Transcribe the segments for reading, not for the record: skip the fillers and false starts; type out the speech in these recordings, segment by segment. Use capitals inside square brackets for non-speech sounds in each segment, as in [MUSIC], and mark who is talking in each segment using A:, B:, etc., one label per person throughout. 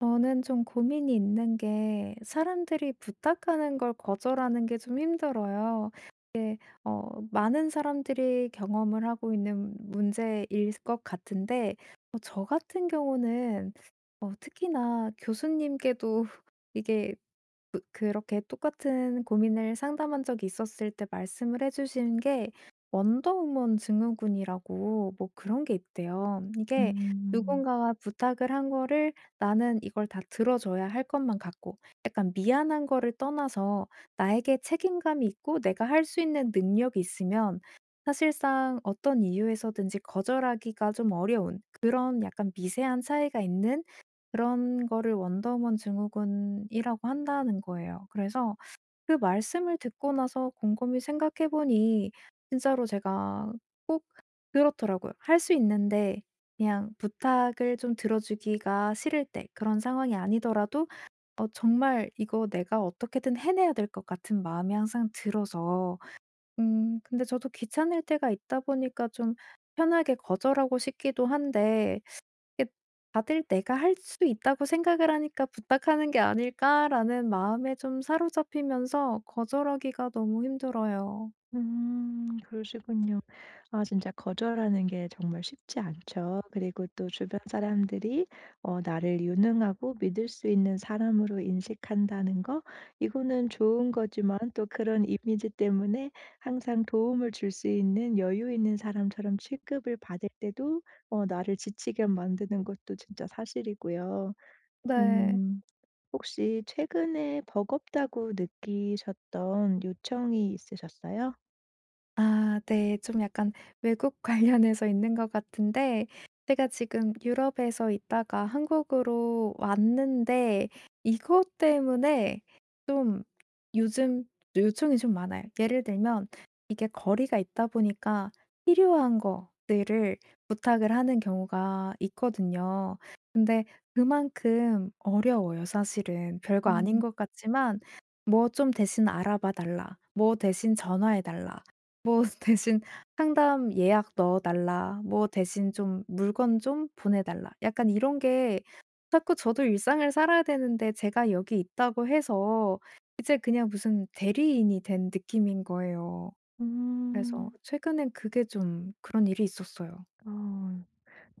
A: 저는 좀 고민이 있는 게, 사람들이 부탁하는 걸 거절하는 게 좀 힘들어요. 많은 사람들이 경험을 하고 있는 문제일 것 같은데, 저 같은 경우는 특히나 교수님께도 [LAUGHS] 이게 그렇게 똑같은 고민을 상담한 적이 있었을 때 말씀을 해 주신 게, 원더우먼 증후군이라고 뭐 그런 게 있대요. 이게
B: 음.
A: 누군가가 부탁을 한 거를 나는 이걸 다 들어 줘야 할 것만 같고, 약간 미안한 거를 떠나서 나에게 책임감이 있고 내가 할 수 있는 능력이 있으면 사실상 어떤 이유에서든지 거절하기가 좀 어려운, 그런 약간 미세한 차이가 있는, 그런 거를 원더우먼 증후군이라고 한다는 거예요. 그래서 그 말씀을 듣고 나서 곰곰이 생각해 보니 진짜로 제가 꼭 그렇더라고요. 할 수 있는데 그냥 부탁을 좀 들어주기가 싫을 때, 그런 상황이 아니더라도 정말 이거 내가 어떻게든 해내야 될 것 같은 마음이 항상 들어서. 근데 저도 귀찮을 때가 있다 보니까 좀 편하게 거절하고 싶기도 한데, 이게 다들 '내가 할 수 있다고 생각을 하니까 부탁하는 게 아닐까.'라는 마음에 좀 사로잡히면서 거절하기가 너무 힘들어요.
B: 음. 그러시군요. 아 진짜 거절하는 게 정말 쉽지 않죠. 그리고 또 주변 사람들이 나를 유능하고 믿을 수 있는 사람으로 인식한다는 거, 이거는 좋은 거지만 또 그런 이미지 때문에 항상 도움을 줄 수 있는 여유 있는 사람처럼 취급을 받을 때도 나를 지치게 만드는 것도 진짜 사실이고요.
A: 네.
B: 음. 혹시 최근에 버겁다고 느끼셨던 요청이 있으셨어요?
A: 아 네. 좀 약간 외국 [LAUGHS] 관련해서 있는 것 같은데, 제가 지금 유럽에서 있다가 한국으로 왔는데, 이것 때문에 좀 요즘 요청이 좀 많아요. 예를 들면 이게 거리가 있다 보니까 필요한 것들을 부탁을 하는 경우가 있거든요. 근데 그만큼 어려워요, 사실은. 별거 아닌
B: 음.
A: 것 같지만 "뭐 좀 대신 알아봐 달라." "뭐 대신 전화해 달라." 뭐 [LAUGHS] 대신 "상담 예약 넣어 달라." 뭐 대신 좀 "물건 좀 보내 달라." 약간 이런 게 자꾸. 저도 일상을 살아야 되는데 제가 여기 있다고 해서 이제 그냥 무슨 대리인이 된 느낌인 거예요. 그래서
B: 음.
A: 최근엔 그게 좀, 그런 일이 있었어요.
B: 어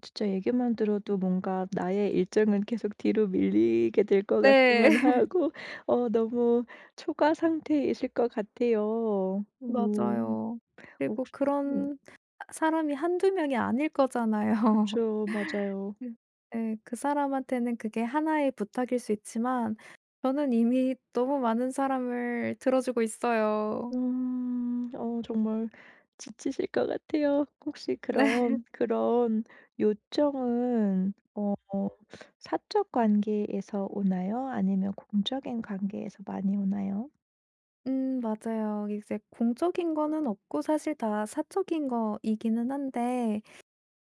B: 진짜 얘기만 들어도 뭔가 나의 일정은 계속 뒤로 밀리게 될 것 같기만
A: 네. [LAUGHS]
B: 하고, 너무 초과 상태이실 것 같아요. 음.
A: 맞아요.
B: 어 그
A: 그리고
B: 음
A: 그런 사 사람이 한두 명이 아닐 거잖아요.
B: 그쵸. 맞아요.
A: 그 예. 그 사람한테는 그게 하나의 부탁일 수 있지만 저는 이미 너무 많은 사람을 들어주고 있어요. [LAUGHS]
B: 음. 정말 지치실 것 같아요. 혹시
A: 네.
B: 그럼 그런 요청은 사적 관계에서 오나요? 아니면 공적인 관계에서 많이 오나요?
A: 맞아요. 이제 공적인 거는 없고 사실 다 사적인 거이기는 한데,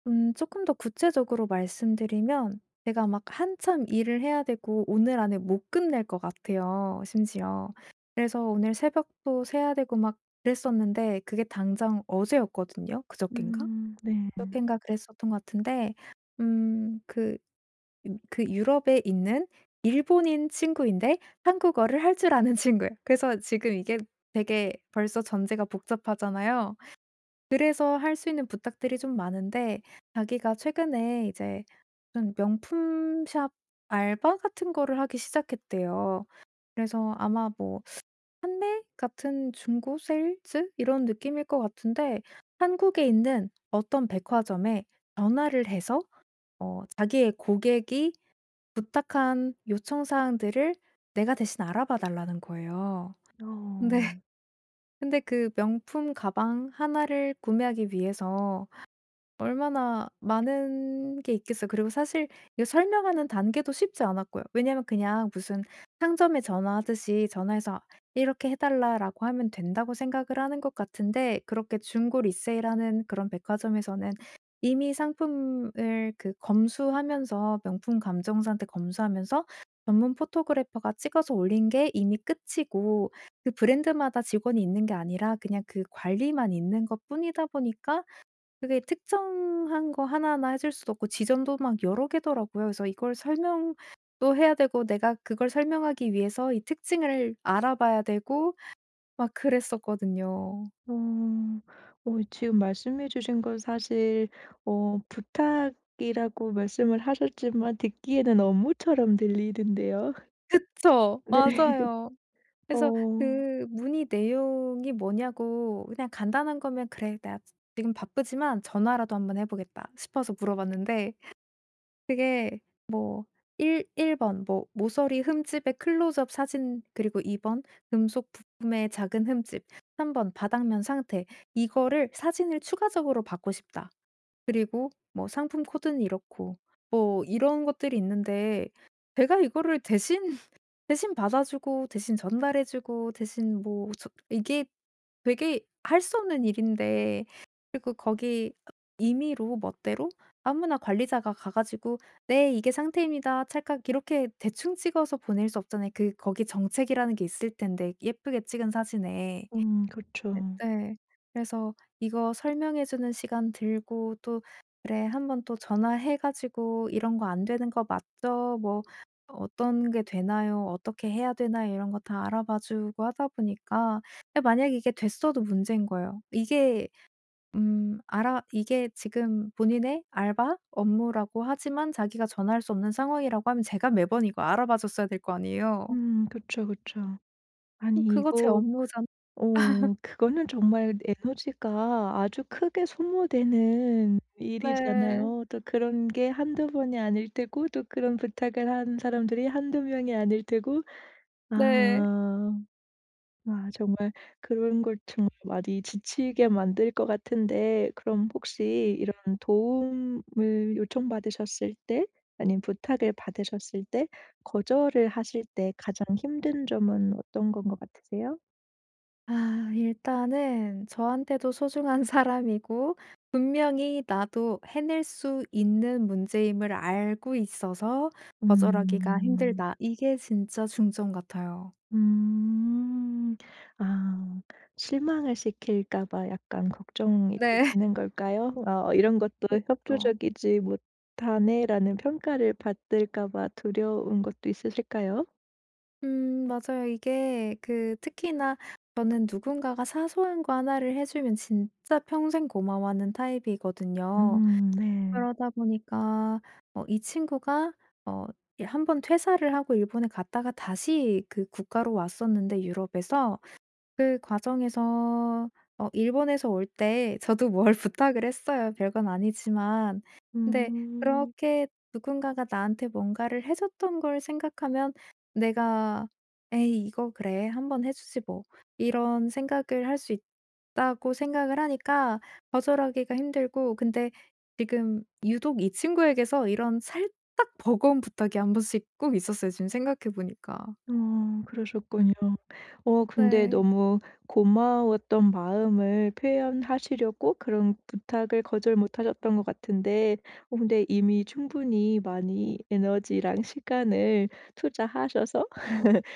A: 조금 더 구체적으로 말씀드리면, 제가 막 한참 일을 해야 되고 오늘 안에 못 끝낼 것 같아요, 심지어. 그래서 오늘 새벽도 새야 되고 막 그랬었는데, 그게 당장 어제였거든요. 그저껜가?
B: 네.
A: 몇 회인가 그랬었던 것 같은데, 음 그 유럽에 있는 일본인 친구인데, 한국어를 할 줄 아는 [LAUGHS] 친구예요. 그래서 지금 이게 되게 벌써 전제가 복잡하잖아요. 그래서 할 수 있는 부탁들이 좀 많은데, 자기가 최근에 이제 무슨 명품 샵 알바 같은 거를 하기 시작했대요. 그래서 아마 뭐 판매 같은 중고 세일즈 이런 느낌일 것 같은데, 한국에 있는 어떤 백화점에 전화를 해서 자기의 고객이 부탁한 요청 사항들을 내가 대신 알아봐 달라는 거예요. 근데
B: 어.
A: [LAUGHS] 근데 그 명품 가방 하나를 구매하기 위해서 얼마나 많은 게 있겠어요. 그리고 사실 이거 설명하는 단계도 쉽지 않았고요. 왜냐면 그냥 무슨 상점에 전화하듯이 전화해서 "이렇게 해 달라."라고 하면 된다고 생각을 하는 것 같은데, 그렇게 중고 리세일하는 그런 백화점에서는 이미 상품을 그 검수하면서, 명품 감정사한테 검수하면서, 전문 포토그래퍼가 찍어서 올린 게 이미 끝이고, 그 브랜드마다 직원이 있는 게 아니라 그냥 그 관리만 있는 것뿐이다 보니까 그게 특정한 거 하나하나 해줄 수도 없고, 지점도 막 여러 개더라고요. 그래서 이걸 설명도 해야 되고, 내가 그걸 설명하기 위해서 이 특징을 알아봐야 되고 막 그랬었거든요.
B: 어. 지금 말씀해 주신 건 사실 부탁이라고 말씀을 하셨지만 듣기에는 업무처럼 들리는데요.
A: 그쵸.
B: [LAUGHS] 네.
A: 맞아요. 그래서
B: 어.
A: 그 문의 내용이 뭐냐고, 그냥 간단한 거면 '그래. 내가 지금 바쁘지만 전화라도 한번 해 보겠다.' 싶어서 물어봤는데, 그게 뭐1일번 뭐 모서리 흠집의 클로즈업 사진, 그리고 2번 금속 부품의 작은 흠집, 3번 바닥면 상태, 이거를 사진을 추가적으로 받고 싶다. 그리고 뭐 상품 코드는 이렇고 뭐 이런 것들이 있는데, 제가 이거를 대신 받아 주고, 대신 전달해 주고, 대신, 뭐, 이게 되게 할 수 없는 일인데. 그리고 거기 임의로 멋대로 아무나 관리자가 가 가지고 "네 이게 상태입니다. 찰칵." 이렇게 대충 찍어서 보낼 수 없잖아요. 그 거기 정책이라는 게 있을 텐데, 예쁘게 찍은 사진에.
B: 음그죠
A: 네, 네. 그래서 이거 설명해 주는 시간 들고, 또 "그래, 한번 또 전화해 가지고 이런 거 안 되는 거 맞죠? 뭐 어떤 게 되나요? 어떻게 해야 되나요?" 이런 거 다 알아봐 주고 하다 보니까, 예, 만약 이게 됐어도 문제인 거예요. 이게 알아, 이게 지금 본인의 알바 업무라고 하지만 자기가 전화할 수 없는 상황이라고 하면 제가 매번 이거 알아봐 줬어야 될 거 아니에요.
B: 음그죠그죠 아니
A: 그거 제
B: 이거
A: 업무잖.
B: 그거는 정말 에너지가 아주 크게 소모되는
A: 네.
B: 일이잖아요. 또 그런 게 한두 번이 아닐 테고 또 그런 부탁을 한 사람들이 한두 명이 아닐 테고.
A: 네.
B: 아. 아 정말 그런 걸 정말 많이 지치게 만들 것 같은데, 그럼 혹시 이런 도움을 요청받으셨을 때 아니면 부탁을 받으셨을 때 거절을 하실 때 가장 힘든 점은 어떤 건 것 같으세요?
A: 아, 일단은 저한테도 소중한 [LAUGHS] 사람이고 분명히 나도 해낼 수 있는 문제임을 알고 있어서 '거절하기가
B: 음.
A: 힘들다.' 이게 진짜 중점 같아요.
B: 음. 아 실망을 시킬까 봐 약간 걱정이
A: 네. [LAUGHS]
B: 되시는 걸까요? '어 이런 것도
A: 그죠
B: 협조적이지 못하네.'라는 평가를 받을까 봐 두려운 것도 있으실까요?
A: 맞아요. 이게 그 특히나 저는 누군가가 사소한 거 하나를 해 주면 진짜 평생 고마워하는 타입이거든요.
B: 네.
A: 그러다 보니까 이 친구가 어 한 번 퇴사를 하고 일본에 갔다가 다시 그 국가로 왔었는데, 유럽에서. 그 과정에서 일본에서 올 때 저도 뭘 [LAUGHS] 부탁을 했어요, 별건 아니지만. 근데
B: 음.
A: 그렇게 누군가가 나한테 뭔가를 해 줬던 걸 생각하면, 내가 '에이 이거 그래. 한번 해 주지 뭐.' 이런 생각을 할 수 있다고 생각을 하니까 거절하기가 힘들고, 근데 지금 유독 이 친구에게서 이런 살짝 버거운 부탁이 한 번씩 꼭 있었어요, 지금 생각해 보니까.
B: 그러셨군요. 근데
A: 네.
B: 너무 고마웠던 마음을 표현하시려고 그런 부탁을 거절 못 하셨던 것 같은데, 근데 이미 충분히 많이 에너지랑 시간을 투자하셔서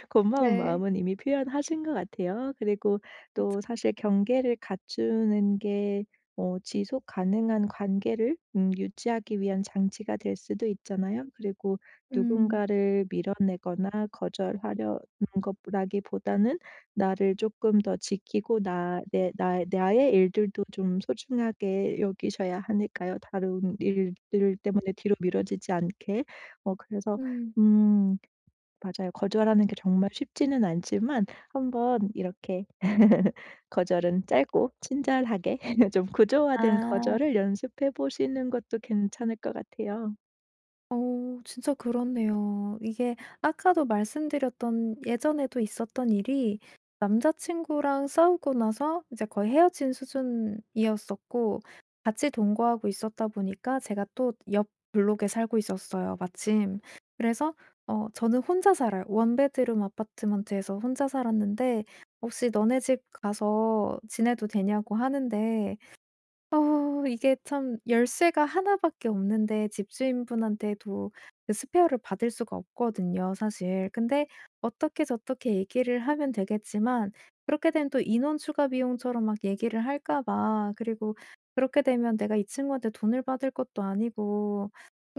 B: 고마운
A: 네.
B: 마음은 이미 표현하신 것 같아요. 그리고 또 사실 경계를 갖추는 게 지속 가능한 관계를 유지하기 위한 장치가 될 수도 있잖아요. 그리고
A: 음.
B: 누군가를 밀어내거나 거절하려는 것라기보다는 나를 조금 더 지키고 나 내 나 나의 일들도 좀 소중하게 여기셔야 하니까요. 다른 일들 때문에 뒤로 미뤄지지 않게. 그래서
A: 음.
B: 음 맞아요. 거절하는 게 정말 쉽지는 않지만 한번 이렇게 [LAUGHS] 거절은 짧고 친절하게 [LAUGHS] 좀 구조화된
A: 아.
B: 거절을 연습해 보시는 것도 괜찮을 것 같아요.
A: 진짜 그렇네요. 이게 아까도 말씀드렸던 예전에도 있었던 일이, 남자친구랑 싸우고 나서 이제 거의 헤어진 수준이었었고, 같이 동거하고 있었다 보니까 제가 또 옆 블록에 살고 있었어요, 마침. 그래서 저는 혼자 살아요. 원베드룸 아파트먼트에서 혼자 살았는데 "혹시 너네 집 가서 지내도 되냐?"고 하는데, 이게 참 열쇠가 하나 밖에 없는데 집주인분한테도 그 스페어를 받을 수가 없거든요, 사실. 근데 어떻게 저떻게 얘기를 하면 되겠지만, 그렇게 되면 또 인원 추가 비용처럼 막 얘기를 할까 봐, 그리고 그렇게 되면 내가 이 친구한테 돈을 받을 것도 아니고,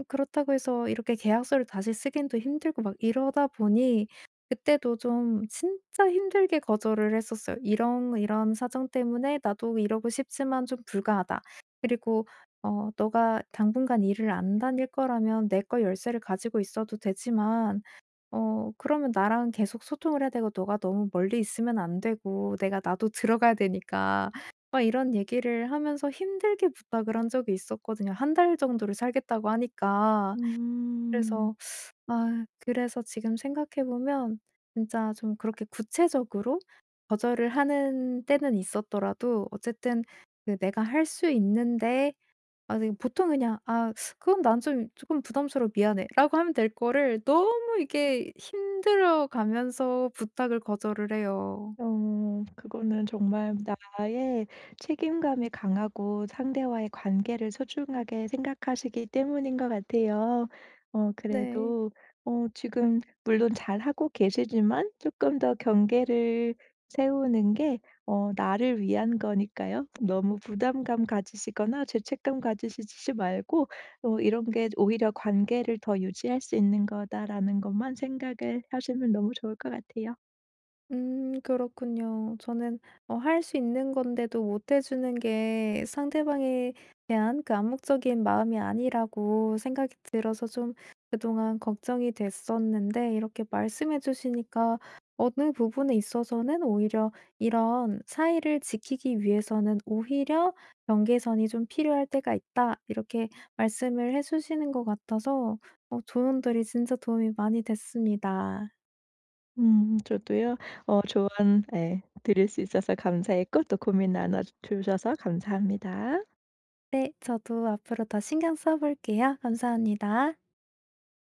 A: 그렇다고 해서 이렇게 계약서를 다시 쓰긴 또 힘들고, 막 이러다 보니 그때도 좀 진짜 힘들게 거절을 했었어요. "이런 이런 사정 때문에 나도 이러고 싶지만 좀 불가하다. 그리고 너가 당분간 일을 안 다닐 거라면 내 거 열쇠를 가지고 있어도 되지만, 그러면 나랑 계속 소통을 해야 되고 너가 너무 멀리 있으면 안 되고 내가, 나도 들어가야 되니까." 막 이런 얘기를 하면서 힘들게 부탁을 한 적이 있었거든요. 한 달 정도를 살겠다고 하니까.
B: 음.
A: 그래서, 아, 그래서 지금 생각해 보면 진짜 좀 그렇게 구체적으로 거절을 하는 때는 있었더라도, 어쨌든 그 내가 할 수 있는데, 아 네, 보통 그냥 '아, 그건 난 좀 쪼끔 부담스러워. 미안해.'라고 하면 될 거를 너무 이게 힘들어 가면서 부탁을 거절을 해요.
B: 그거는 정말 나의 책임감이 강하고 상대와의 관계를 소중하게 생각하시기 때문인 것 같아요.
A: 네.
B: 그래도 지금 물론 잘하고 계시지만 조금 더 경계를 세우는 게 나를 위한 거니까요. 너무 부담감 가지시거나 죄책감 가지시지 말고 '이런 게 오히려 관계를 더 유지할 수 있는 거다.'라는 것만 생각을 하시면 너무 좋을 것 같아요.
A: 그렇군요. 저는 할 수 있는 건데도 못해 주는 게 상대방에 대한 그 암묵적인 마음이 아니라고 생각이 들어서 좀 그동안 걱정이 됐었는데, 이렇게 말씀해 주시니까 어느 부분에 있어서는 오히려 이런 사이를 지키기 위해서는 오히려 경계선이 좀 필요할 때가 있다, 이렇게 말씀을 해 주시는 것 같아서 조언들이 진짜 도움이 많이 됐습니다.
B: 저도요. 조언 예 드릴 수 있어서 감사했고 또 고민 나눠 주셔서 감사합니다.
A: 네. 저도 앞으로 더 신경 써 볼게요. 감사합니다.